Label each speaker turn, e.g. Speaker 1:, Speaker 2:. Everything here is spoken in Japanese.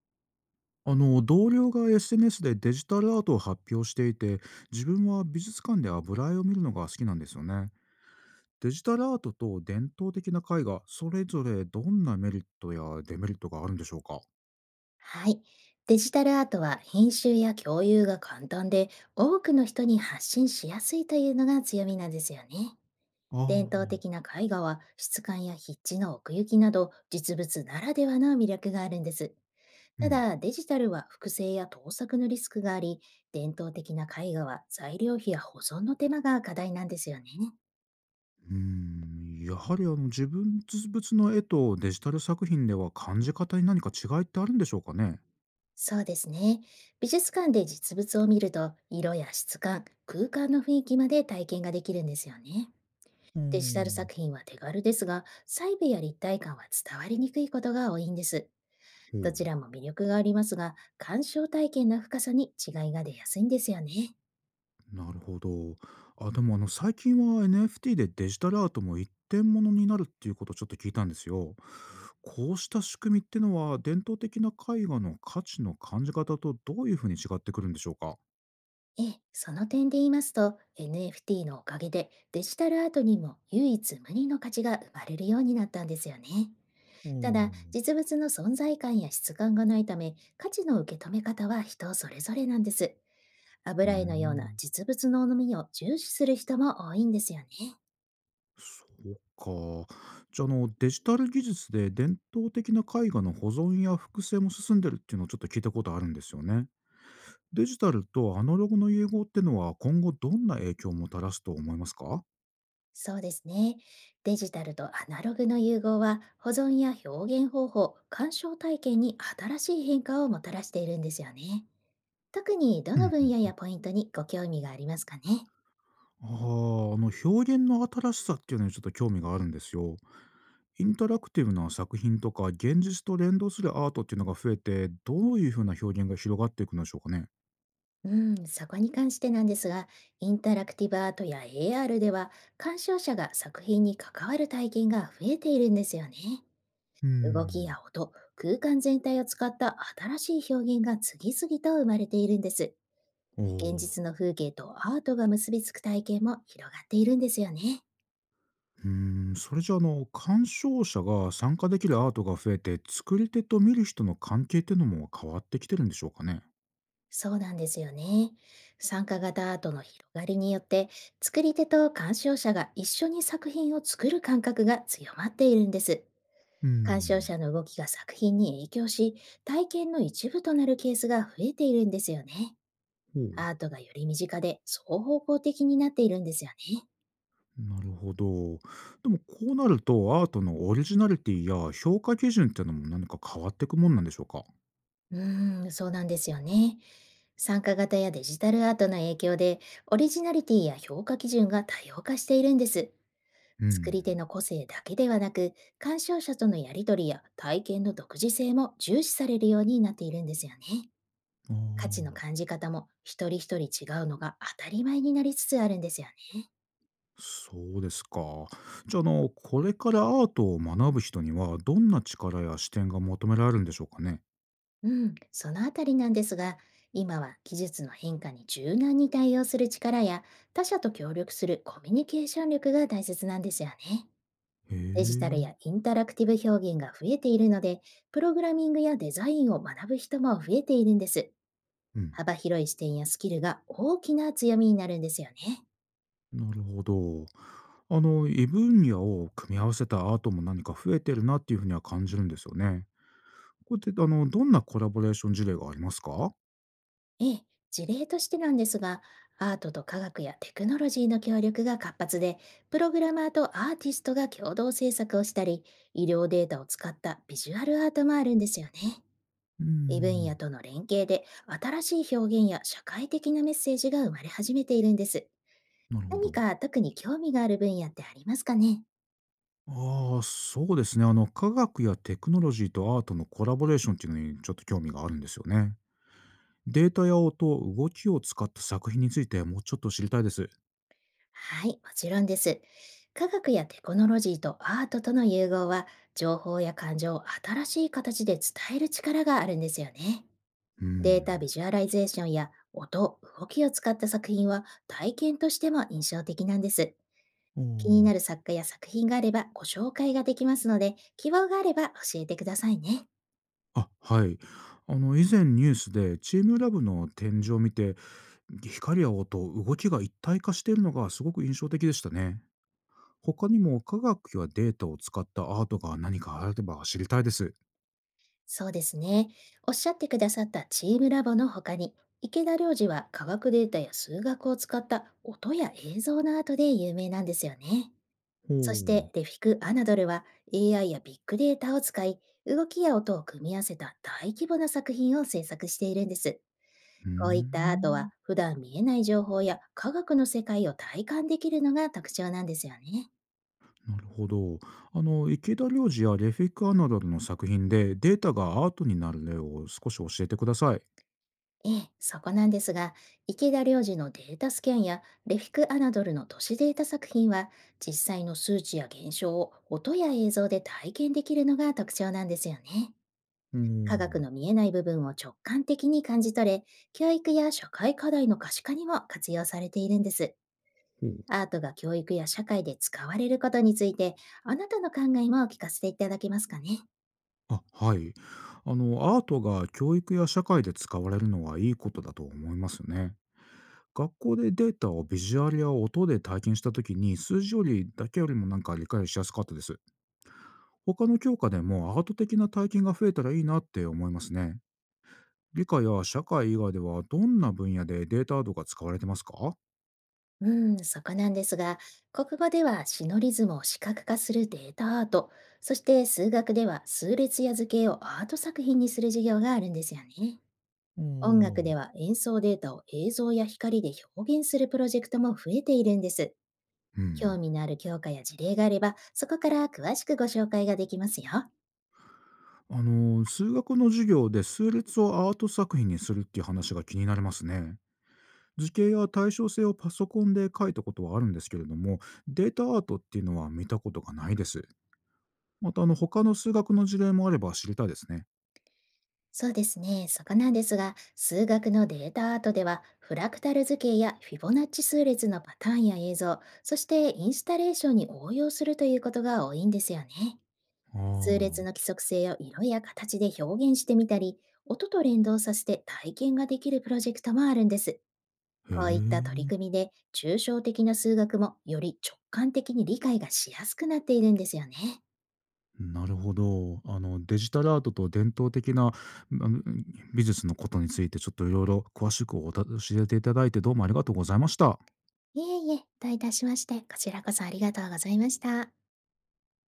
Speaker 1: 同僚が SNS でデジタルアートを発表していて、自分は美術館で油絵を見るのが好きなんですよね。デジタルアートと伝統的な絵画、それぞれどんなメリットやデメリットがあるんでしょうか。
Speaker 2: はい。デジタルアートは編集や共有が簡単で、多くの人に発信しやすいというのが強みなんですよね。
Speaker 1: あ
Speaker 2: 伝統的
Speaker 1: あ、
Speaker 2: な絵画は質感や筆致の奥行きなど実物ならではの魅力があるんです。
Speaker 1: う
Speaker 2: た
Speaker 1: ん。
Speaker 2: だ、デジタルは複製や盗作のリスクがあり、伝統的な絵画は材料費や保存の手間が課題なんですよね。
Speaker 1: うーん、やはり自分物の絵とデジタル作品では感じ方に何か違いってあるんでしょうかね。
Speaker 2: そうですね。美術館で実物を見ると、色や質感、空間の雰囲気まで体験ができるんですよね。
Speaker 1: う
Speaker 2: デジタル
Speaker 1: ん。
Speaker 2: 作品は手軽ですが、細部や立体感は伝わりにくいことが多いんです。
Speaker 1: ほ
Speaker 2: ど
Speaker 1: う。
Speaker 2: ちらも魅力がありますが、鑑賞体験の深さに違いが出やすいんですよね。
Speaker 1: なるほど。あ、でも最近は NFT でデジタルアートも一点物になるっていうことをちょっと聞いたんですよ。こうした仕組みってのは伝統的な絵画の価値の感じ方とどういうふうに違ってくるんでしょうか。
Speaker 2: ええ、その点で言いますと、NFT のおかげでデジタルアートにも唯一無二の価値が生まれるようになったんですよね。
Speaker 1: うん、
Speaker 2: ただ、
Speaker 1: おー。
Speaker 2: 実物の存在感や質感がないため、価値の受け止め方は人それぞれなんです。
Speaker 1: うー
Speaker 2: 油絵のような
Speaker 1: ん、
Speaker 2: 実物の重みを重視する人も多いんですよね。
Speaker 1: そうか。じゃあ、デジタル技術で伝統的な絵画の保存や複製も進んでるっていうのをちょっと聞いたことあるんですよね。デジタルとアナログの融合ってのは今後どんな影響をもたらすと思いますか。
Speaker 2: そうですね。デジタルとアナログの融合は保存や表現方法、鑑賞体験に新しい変化をもたらしているんですよね。特にど
Speaker 1: う
Speaker 2: の分
Speaker 1: ん。
Speaker 2: 野やポイントにご興味がありますかね？
Speaker 1: ああ、表現の新しさっていうのにちょっと興味があるんですよ。インタラクティブな作品とか現実と連動するアートっていうのが増えて、どういうふうな表現が広がっていくのでしょうかね。
Speaker 2: うん、そこに関してなんですが、インタラクティブアートや AR では、鑑賞者が作品に関わる体験が増えているんですよね。
Speaker 1: うー
Speaker 2: 動き
Speaker 1: ん。
Speaker 2: や音、空間全体を使った新しい表現が次々と生まれているんです。
Speaker 1: お
Speaker 2: 現
Speaker 1: お。
Speaker 2: 実の風景とアートが結びつく体験も広がっているんですよね。
Speaker 1: うーん、それじゃあ鑑賞者が参加できるアートが増えて、作り手と見る人の関係っていうのも変わってきてるんでしょうかね。
Speaker 2: そうなんですよね。参加型アートの広がりによって、作り手と鑑賞者が一緒に作品を作る感覚が強まっているんです。
Speaker 1: うー
Speaker 2: 鑑賞
Speaker 1: ん。
Speaker 2: 者の動きが作品に影響し、体験の一部となるケースが増えているんですよね。
Speaker 1: ほう。
Speaker 2: アートがより身近で双方向的になっているんですよね。
Speaker 1: なるほど。でもこうなるとアートのオリジナリティや評価基準っていうのも何か変わっていくもんなんでしょうか。
Speaker 2: うーん、そうなんですよね。参加型やデジタルアートの影響で、オリジナリティや評価基準が多様化しているんです。
Speaker 1: う
Speaker 2: 作
Speaker 1: ん。
Speaker 2: り手の個性だけではなく、鑑賞者とのやり取りや体験の独自性も重視されるようになっているんですよね。
Speaker 1: あ
Speaker 2: 価値の
Speaker 1: あ、
Speaker 2: 感じ方も一人一人違うのが当たり前になりつつあるんですよね。
Speaker 1: そうですか。じゃあ、これからアートを学ぶ人には、どんな力や視点が求められるんでしょうかね？
Speaker 2: うん、そのあたりなんですが、今は技術の変化に柔軟に対応する力や他者と協力するコミュニケーション力が大切なんですよね。
Speaker 1: へ
Speaker 2: デジタル
Speaker 1: え。
Speaker 2: やインタラクティブ表現が増えているので、プログラミングやデザインを学ぶ人も増えているんです。
Speaker 1: うん、
Speaker 2: 幅広い視点やスキルが大きな強みになるんですよね。
Speaker 1: なるほど。異分野を組み合わせたアートも何か増えてるなっていうふうには感じるんですよね。これって、どんなコラボレーション事例がありますか？
Speaker 2: ええ、事例としてなんですが、アートと科学やテクノロジーの協力が活発で、プログラマーとアーティストが共同制作をしたり、医療データを使ったビジュアルアートもあるんですよね。
Speaker 1: う
Speaker 2: 異分
Speaker 1: ん、
Speaker 2: 野との連携で新しい表現や社会的なメッセージが生まれ始めているんです。
Speaker 1: なるほ
Speaker 2: 何
Speaker 1: ど。
Speaker 2: か特に興味がある分野ってありますかね？
Speaker 1: ああ、そうですね。科学やテクノロジーとアートのコラボレーションっていうのに、ちょっと興味があるんですよね。データや音、動きを使った作品についてもうちょっと知りたいです。
Speaker 2: はい、もちろんです。科学やテクノロジーとアートとの融合は、情報や感情を新しい形で伝える力があるんですよね。
Speaker 1: う
Speaker 2: データビ
Speaker 1: ん。
Speaker 2: ジュアライゼーションや音、動きを使った作品は体験としても印象的なんです。
Speaker 1: お
Speaker 2: 気にな
Speaker 1: ー。
Speaker 2: る作家や作品があればご紹介ができますので、希望があれば教えてくださいね。
Speaker 1: あ、はい。以前ニュースでチームラボの展示を見て、光や音、動きが一体化しているのがすごく印象的でしたね。他にも科学やデータを使ったアートが何かあれば知りたいです。
Speaker 2: そうですね。おっしゃってくださったチームラボの他に、池田良二は科学データや数学を使った音や映像のアートで有名なんですよね。
Speaker 1: ほ
Speaker 2: そし
Speaker 1: う。う
Speaker 2: て、レフィク・アナドルは AI やビッグデータを使い、動きや音を組み合わせた大規模な作品を制作しているんです。
Speaker 1: ー
Speaker 2: こういったアート
Speaker 1: ん。
Speaker 2: は、普段見えない情報や科学の世界を体感できるのが特徴なんですよね。
Speaker 1: なるほど。池田良二やレフィック・アナなルの作品でデータがアートになる例を少し教えてください。
Speaker 2: ええ、そこなんですが、池田良二のデータスキャンやレフィク・アナドルの都市データ作品は、実際の数値や現象を音や映像で体験できるのが特徴なんですよね。
Speaker 1: お
Speaker 2: 科学
Speaker 1: ー。
Speaker 2: の見えない部分を直感的に感じ取れ、教育や社会課題の可視化にも活用されているんです。
Speaker 1: ほうん。
Speaker 2: アートが教育や社会で使われることについて、あなたの考えも聞かせていただけますかね。
Speaker 1: あ、はい。アートが教育や社会で使われるのはいいことだと思いますね。学校でデータをビジュアルや音で体験した時に数字よりだけよりもなんか理解しやすかったです。他の教科でもアート的な体験が増えたらいいなって思いますね。理科や社会以外ではどんな分野でデータアートが使われてますか。
Speaker 2: うん、そこなんですが、国語ではシノリズムを視覚化するデータアート、そして数学では数列や図形をアート作品にする授業があるんですよね。
Speaker 1: お
Speaker 2: 音楽
Speaker 1: ー。
Speaker 2: では演奏データを映像や光で表現するプロジェクトも増えているんです。
Speaker 1: う
Speaker 2: 興
Speaker 1: ん。
Speaker 2: 味のある教科や事例があれば、そこから詳しくご紹介ができますよ。
Speaker 1: 数学の授業で数列をアート作品にするっていう話が気になりますね。図形や対称性をパソコンで書いたことはあるんですけれども、データアートっていうのは見たことがないです。また、他の数学の事例もあれば知りたいですね。
Speaker 2: そうですね。そこなんですが、数学のデータアートでは、フラクタル図形やフィボナッチ数列のパターンや映像、そしてインスタレーションに応用するということが多いんですよね。
Speaker 1: あ
Speaker 2: 数列の規
Speaker 1: あ、
Speaker 2: 則性を色や形で表現してみたり、音と連動させて体験ができるプロジェクトもあるんです。
Speaker 1: へ
Speaker 2: こういった取
Speaker 1: え、
Speaker 2: り組みで、抽象的な数学もより直感的に理解がしやすくなっているんですよね。
Speaker 1: なるほど。デジタルアートと伝統的なの美術のことについて、ちょっといろいろ詳しくおた教えていただいて、どうもありがとうございました。
Speaker 2: いえいえ、どういたしまして、こちらこそありがとうございました。